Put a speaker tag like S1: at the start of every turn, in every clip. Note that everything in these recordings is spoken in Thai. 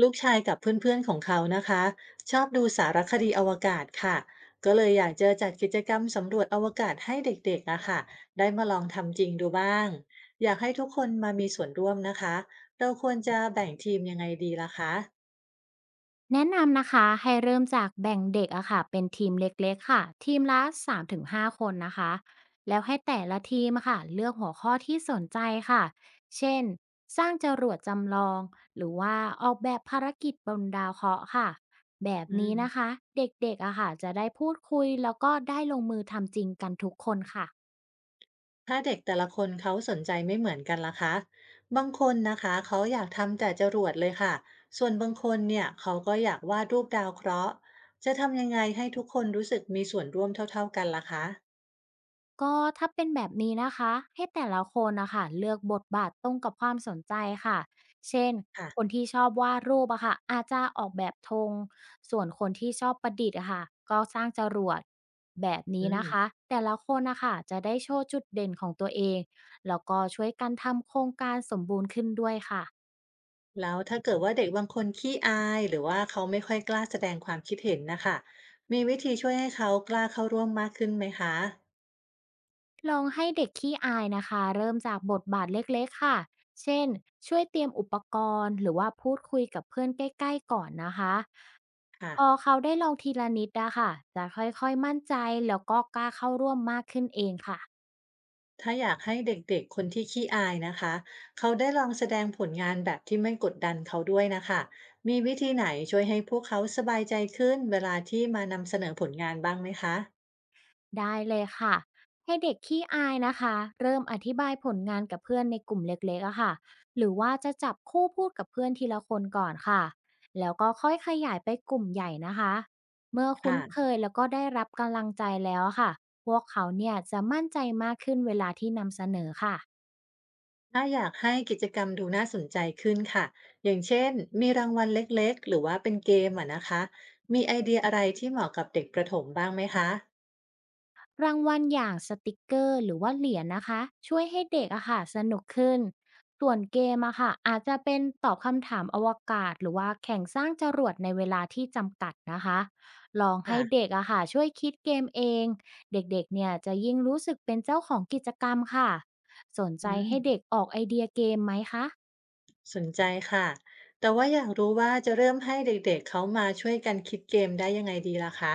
S1: ลูกชายกับเพื่อนๆของเขานะคะชอบดูสารคดีอวกาศค่ะก็เลยอยากจะจัดกิจกรรมสำรวจอวกาศให้เด็กๆนะคะได้มาลองทำจริงดูบ้างอยากให้ทุกคนมามีส่วนร่วมนะคะเราควรจะแบ่งทีมยังไงดีล่ะคะ
S2: แนะนำนะคะให้เริ่มจากแบ่งเด็กอะค่ะเป็นทีมเล็กๆค่ะทีมละ3-5คนนะคะแล้วให้แต่ละทีมอะค่ะเลือกหัวข้อที่สนใจค่ะเช่นสร้างจรวดจำลองหรือว่าออกแบบภารกิจบนดาวเคราะห์ค่ะแบบ
S1: อืม
S2: นี้นะคะเด็กๆอะค่ะจะได้พูดคุยแล้วก็ได้ลงมือทำจริงกันทุกคนค่ะ
S1: ถ้าเด็กแต่ละคนเขาสนใจไม่เหมือนกันล่ะคะบางคนนะคะเขาอยากทำแต่จรวดเลยค่ะส่วนบางคนเนี่ยเขาก็อยากวาดรูปดาวเคราะห์จะทำยังไงให้ทุกคนรู้สึกมีส่วนร่วมเท่าๆกันล่ะคะ
S2: ก็ถ้าเป็นแบบนี้นะคะให้แต่ละคนนะคะเลือกบทบาทตรงกับความสนใจค่ะเช่น
S1: ค่ะ
S2: คนที่ชอบวาดรูปอะค่ะอาจจะออกแบบธงส่วนคนที่ชอบประดิษฐ์อะค่ะก็สร้างจรวดแบบ
S1: อื
S2: นี้นะ
S1: ม
S2: คะแต่ละคนนะคะจะได้โชว์จุดเด่นของตัวเองแล้วก็ช่วยกันทำโครงการสมบูรณ์ขึ้นด้วยค่ะ
S1: แล้วถ้าเกิดว่าเด็กบางคนขี้อายหรือว่าเขาไม่ค่อยกล้าแสดงความคิดเห็นนะคะมีวิธีช่วยให้เขากล้าเข้าร่วมมากขึ้นไหมคะ
S2: ลองให้เด็กขี้อายนะคะเริ่มจากบทบาทเล็กๆค่ะเช่นช่วยเตรียมอุปกรณ์หรือว่าพูดคุยกับเพื่อนใกล้ๆก่อนนะคะ
S1: ค่ะ
S2: พอเขาได้ลองทีละนิดนะคะจะค่อยๆมั่นใจแล้วก็กล้าเข้าร่วมมากขึ้นเองค่ะ
S1: ถ้าอยากให้เด็กๆคนที่ขี้อายนะคะเขาได้ลองแสดงผลงานแบบที่ไม่กดดันเขาด้วยนะคะมีวิธีไหนช่วยให้พวกเขาสบายใจขึ้นเวลาที่มานำเสนอผลงานบ้างไหมคะ
S2: ได้เลยค่ะให้เด็กขี้อายนะคะเริ่มอธิบายผลงานกับเพื่อนในกลุ่มเล็กๆอะค่ะหรือว่าจะจับคู่พูดกับเพื่อนทีละคนก่อนค่ะแล้วก็ค่อยขยายไปกลุ่มใหญ่นะคะเมื่อคุ้นเค
S1: ค่ะ
S2: ยแล้วก็ได้รับกำลังใจแล้วอะค่ะพวกเขาเนี่ยจะมั่นใจมากขึ้นเวลาที่นำเสนอค่ะ
S1: ถ้าอยากให้กิจกรรมดูน่าสนใจขึ้นค่ะ อย่างเช่นมีรางวัลเล็กๆหรือว่าเป็นเกมอ่ะนะคะมีไอเดียอะไรที่เหมาะกับเด็กประถมบ้างไหมคะ
S2: รางวัลอย่างสติกเกอร์หรือว่าเหรียญนะคะช่วยให้เด็กอะค่ะสนุกขึ้นส่วนเกมอะค่ะอาจจะเป็นตอบคำถามอวกาศหรือว่าแข่งสร้างจรวดในเวลาที่จำกัดนะคะลองให้
S1: ค่ะ
S2: เด็กอะค่ะช่วยคิดเกมเองเด็กๆเนี่ยจะยิ่งรู้สึกเป็นเจ้าของกิจกรรมค่ะสน
S1: อื
S2: ใจให้เด็ก
S1: ม
S2: ออกไอเดียเกมไหมคะ
S1: สนใจค่ะ แต่ว่าอยากรู้ว่าจะเริ่มให้เด็กๆเขามาช่วยกันคิดเกมได้ยังไงดีล่ะคะ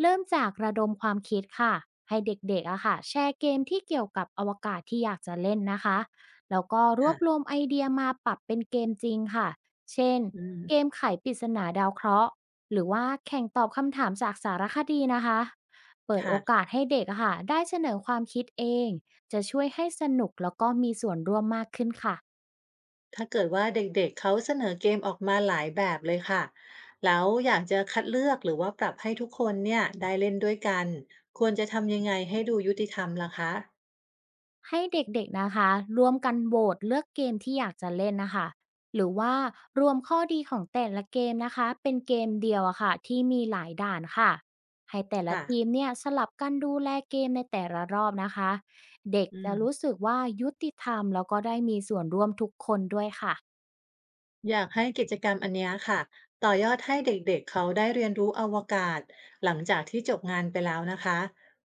S2: เริ่มจากระดมความคิดค่ะให้เด็กๆอะค่ะแชร์เกมที่เกี่ยวกับอวกาศที่อยากจะเล่นนะคะแล้วก็รวบรว
S1: ค่ะ
S2: มไอเดียมาปรับเป็นเกมจริงค่ะเช่น
S1: อืม
S2: เกมไขปริศนาดาวเคราะห์หรือว่าแข่งตอบคำถามจากสารคดีนะคะเปิดโอ
S1: ค่ะ
S2: กาสให้เด็กอะค่ะได้เสนอความคิดเองจะช่วยให้สนุกแล้วก็มีส่วนร่วมมากขึ้นค่ะ
S1: ถ้าเกิดว่าเด็กๆเขาเสนอเกมออกมาหลายแบบเลยค่ะแล้วอยากจะคัดเลือกหรือว่าปรับให้ทุกคนเนี่ยได้เล่นด้วยกันควรจะทำยังไงให้ดูยุติธรรมล่ะคะ
S2: ให้เด็กๆนะคะร่วมกันโหวตเลือกเกมที่อยากจะเล่นนะคะหรือว่ารวมข้อดีของแต่ละเกมนะคะเป็นเกมเดียวอะค่ะที่มีหลายด่านค่ะให้แต่ละ
S1: ค่ะ
S2: ทีมเนี่ยสลับกันดูแลเกมในแต่ละรอบนะคะเด็ก
S1: อื
S2: จะ
S1: ม
S2: รู้สึกว่ายุติธรรมแล้วก็ได้มีส่วนร่วมทุกคนด้วยค่ะ
S1: อยากให้กิจกรรมอันเนี้ยค่ะต่อยอดให้เด็กๆเขาได้เรียนรู้อวกาศหลังจากที่จบงานไปแล้วนะคะ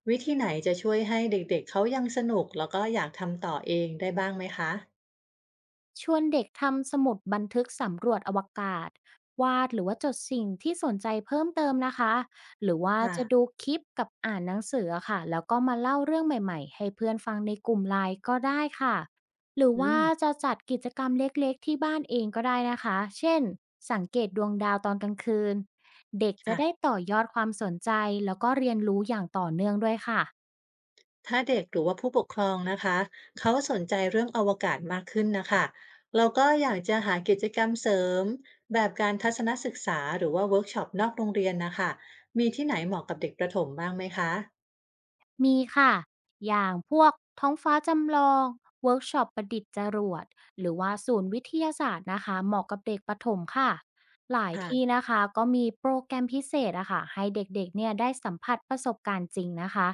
S1: วิธีไหนจะช่วยให้เด็กๆเขายังสนุกแล้วก็อยากทำต่อเองได้บ้างไหมคะ
S2: ชวนเด็กทำสมุดบันทึกสำรวจอวกาศวาดหรือว่าจดสิ่งที่สนใจเพิ่มเติมนะคะหรือว่า
S1: ค่ะ
S2: จะดูคลิปกับอ่านหนังสือค่ะแล้วก็มาเล่าเรื่องใหม่ๆให้เพื่อนฟังในกลุ่มไลน์ก็ได้ค่ะหรือ
S1: อื
S2: ว่า
S1: ม
S2: จะจัดกิจกรรมเล็กๆที่บ้านเองก็ได้นะคะเช่นสังเกตดวงดาวตอนกลางคืนเด็กจะได้
S1: ค่ะ
S2: ต่อยอดความสนใจแล้วก็เรียนรู้อย่างต่อเนื่องด้วยค่ะ
S1: ถ้าเด็กหรือว่าผู้ปกครองนะคะ เขาสนใจเรื่องอวกาศมากขึ้นนะคะเราก็อยากจะหากิจกรรมเสริมแบบการทัศนศึกษาหรือว่าเวิร์กช็อปนอกโรงเรียนนะคะมีที่ไหนเหมาะกับเด็กประถมบ้างไหมคะ
S2: มีค่ะอย่างพวกท้องฟ้าจำลอง เวิร์กช็อปประดิษฐ์จรวดหรือว่าศูนย์วิทยาศาสตร์นะคะ เหมาะกับเด็กประถมค่ะ หลายที่
S1: ค่ะ
S2: นะคะก็มีโปรแกรมพิเศษอะค่ะให้เด็กๆเนี่ยได้สัมผัสประสบการณ์จริงนะคะ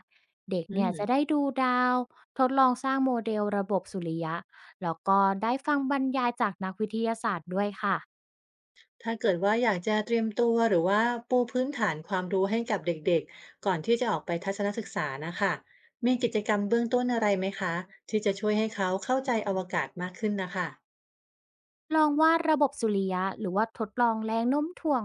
S2: เด็ก
S1: อื
S2: เนี่ย
S1: ม
S2: จะได้ดูดาว ทดลองสร้างโมเดลระบบสุริยะแล้วก็ได้ฟังบรรยายจากนักวิทยาศาสตร์ด้วยค่ะ
S1: ถ้าเกิดว่าอยากจะเตรียมตัวหรือว่าปูพื้นฐานความรู้ให้กับเด็กๆก่อนที่จะออกไปทัศนศึกษานะคะมีกิจกรรมเบื้องต้นอะไรไหมคะที่จะช่วยให้เขาเข้าใจอวกาศมากขึ้นนะคะ
S2: ลองวาดระบบสุริยะหรือว่าทดลองแรงโน้มถ่วง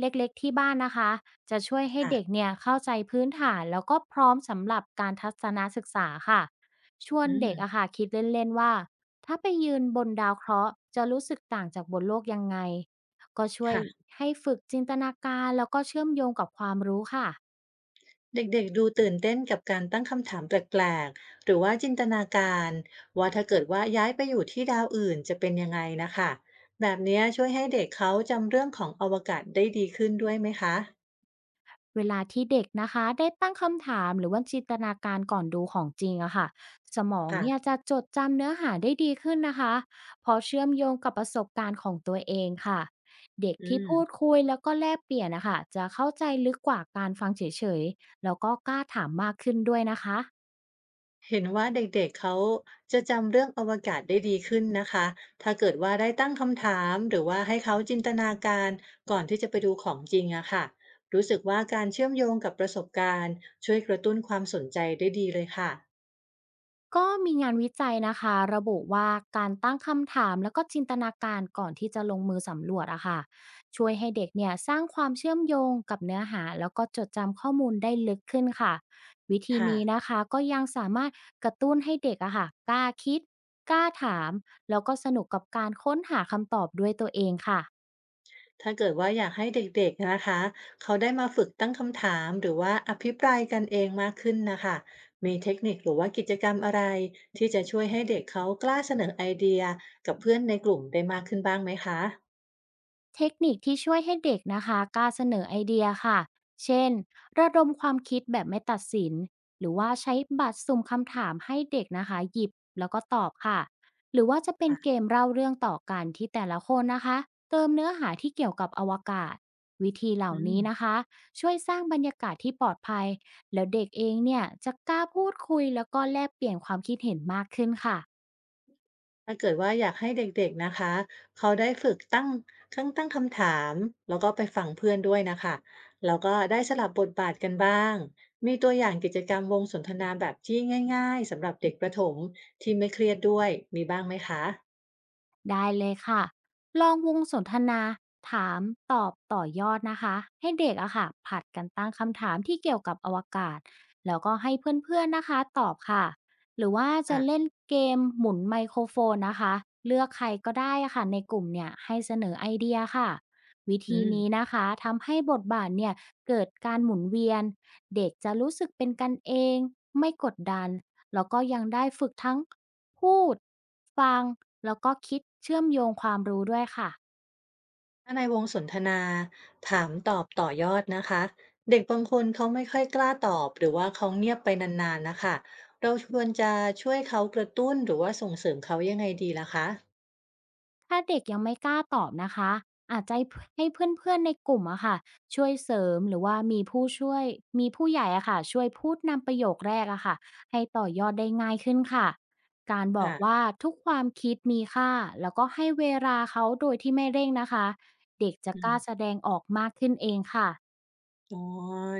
S2: เล็กๆที่บ้านนะคะจะช่วยให้
S1: ค่ะ
S2: เด็กเนี่ยเข้าใจพื้นฐานแล้วก็พร้อมสำหรับการทัศนศึกษาค่ะชวน
S1: อื
S2: เด็กอะ
S1: ม
S2: ค่ะคิดเล่นๆว่าถ้าไปยืนบนดาวเคราะห์จะรู้สึกต่างจากบนโลกยังไงก็ช่วย
S1: ค่ะ
S2: ให้ฝึกจินตนาการแล้วก็เชื่อมโยงกับความรู้ค่ะ
S1: เด็กๆดูตื่นเต้นกับการตั้งคำถามแปลกๆหรือว่าจินตนาการว่าถ้าเกิดว่าย้ายไปอยู่ที่ดาวอื่นจะเป็นยังไงนะคะแบบเนี้ยช่วยให้เด็กเขาจำเรื่องของอวกาศได้ดีขึ้นด้วยไหมคะ
S2: เวลาที่เด็กนะคะได้ตั้งคำถามหรือว่าจินตนาการก่อนดูของจริงอะค่ะสมองเนี่ย
S1: ค่ะ
S2: จะจดจำเนื้อหาได้ดีขึ้นนะคะเพอเชื่อมโยงกับประสบการณ์ของตัวเองค่ะเด็ก
S1: อื
S2: ที่
S1: ม
S2: พูดคุยแล้วก็แลกเปลี่ยนนะคะจะเข้าใจลึกกว่าการฟังเฉยๆแล้วก็กล้าถามมากขึ้นด้วยนะคะ
S1: เห็นว่าเด็กๆเขาจะจำเรื่องอวกาศได้ดีขึ้นนะคะ ถ้าเกิดว่าได้ตั้งคำถามหรือว่าให้เขาจินตนาการก่อนที่จะไปดูของจริงอะค่ะรู้สึกว่าการเชื่อมโยงกับประสบการณ์ช่วยกระตุ้นความสนใจได้ดีเลยค่ะ
S2: ก็มีงานวิจัยนะคะระบุว่าการตั้งคำถามแล้วก็จินตนาการก่อนที่จะลงมือสำรวจอะค่ะช่วยให้เด็กเนี่ยสร้างความเชื่อมโยงกับเนื้อหาแล้วก็จดจำข้อมูลได้ลึกขึ้นค่ะวิธี
S1: ค่ะ
S2: นี้นะคะก็ยังสามารถกระตุ้นให้เด็กอะค่ะกล้าคิดกล้าถามแล้วก็สนุกกับการค้นหาคำตอบด้วยตัวเองค่ะ
S1: ถ้าเกิดว่าอยากให้เด็กๆนะคะเขาได้มาฝึกตั้งคำถามหรือว่าอภิปรายกันเองมากขึ้นนะคะมีเทคนิคหรือว่ากิจกรรมอะไรที่จะช่วยให้เด็กเขากล้าเสนอไอเดียกับเพื่อนในกลุ่มได้มากขึ้นบ้างไหมคะ
S2: เทคนิคที่ช่วยให้เด็กนะคะกล้าเสนอไอเดียค่ะเช่นระดมความคิดแบบไม่ตัดสินหรือว่าใช้บัตรสุ่มคำถามให้เด็กนะคะหยิบแล้วก็ตอบค่ะหรือว่าจะเป็นเกมเล่าเรื่องต่อกันที่แต่ละคนนะคะเติมเนื้อหาที่เกี่ยวกับอวกาศวิธีเหล่า
S1: อืม
S2: นี้นะคะช่วยสร้างบรรยากาศที่ปลอดภัยแล้วเด็กเองเนี่ยจะกล้าพูดคุยแล้วก็แลกเปลี่ยนความคิดเห็นมากขึ้นค่ะ
S1: ถ้าเกิดว่าอยากให้เด็กๆนะคะเขาได้ฝึกตั้งคำถามแล้วก็ไปฟังเพื่อนด้วยนะคะแล้วก็ได้สลับบทบาทกันบ้างมีตัวอย่างกิจกรรมวงสนทนาแบบที่ง่ายๆสำหรับเด็กประถมที่ไม่เครียดด้วยมีบ้างไหมคะ
S2: ได้เลยค่ะลองวงสนทนาถามตอบต่อยอดนะคะให้เด็กอะค่ะผลัดกันตั้งคำถามที่เกี่ยวกับอวกาศแล้วก็ให้เพื่อนๆนะคะตอบค่ะหรือว่าจะ
S1: อ่ะ
S2: เล่นเกมหมุนไมโครโฟนนะคะเลือกใครก็ได้อะค่ะในกลุ่มเนี่ยให้เสนอไอเดียค่ะวิ
S1: อื
S2: ธี
S1: ม
S2: นี้นะคะทำให้บทบาทเนี่ยเกิดการหมุนเวียนเด็กจะรู้สึกเป็นกันเองไม่กดดันแล้วก็ยังได้ฝึกทั้ง พูดฟังแล้วก็คิดเชื่อมโยงความรู้ด้วยค่ะ
S1: ถ้าในวงสนทนาถามตอบต่อยอดนะคะเด็กบางคนเขาไม่ค่อยกล้าตอบหรือว่าเขาเงียบไปนานๆนะคะเราควรจะช่วยเขากระตุ้นหรือว่าส่งเสริมเขายังไงดีล่ะคะ
S2: ถ้าเด็กยังไม่กล้าตอบนะคะอาจจะให้เพื่อนๆในกลุ่มอะค่ะช่วยเสริมหรือว่ามีผู้ช่วยมีผู้ใหญ่อะค่ะช่วยพูดนำประโยคแรกอะค่ะให้ต่อยอดได้ง่ายขึ้นค่ะการบอก
S1: ค่ะ
S2: ว่าทุกความคิดมีค่าแล้วก็ให้เวลาเขาโดยที่ไม่เร่งนะคะเด็กจะ
S1: อื
S2: กล้า
S1: ม
S2: แสดงออกมากขึ้นเองค่ะ
S1: อ๋อ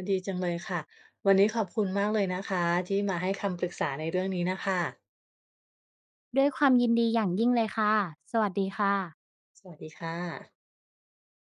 S1: ดีจังเลยค่ะ วันนี้ขอบคุณมากเลยนะคะที่มาให้คำปรึกษาในเรื่องนี้นะคะ
S2: ด้วยความยินดีอย่างยิ่งเลยค่ะสวัสดีค่ะ
S1: สวัสดีค่ะ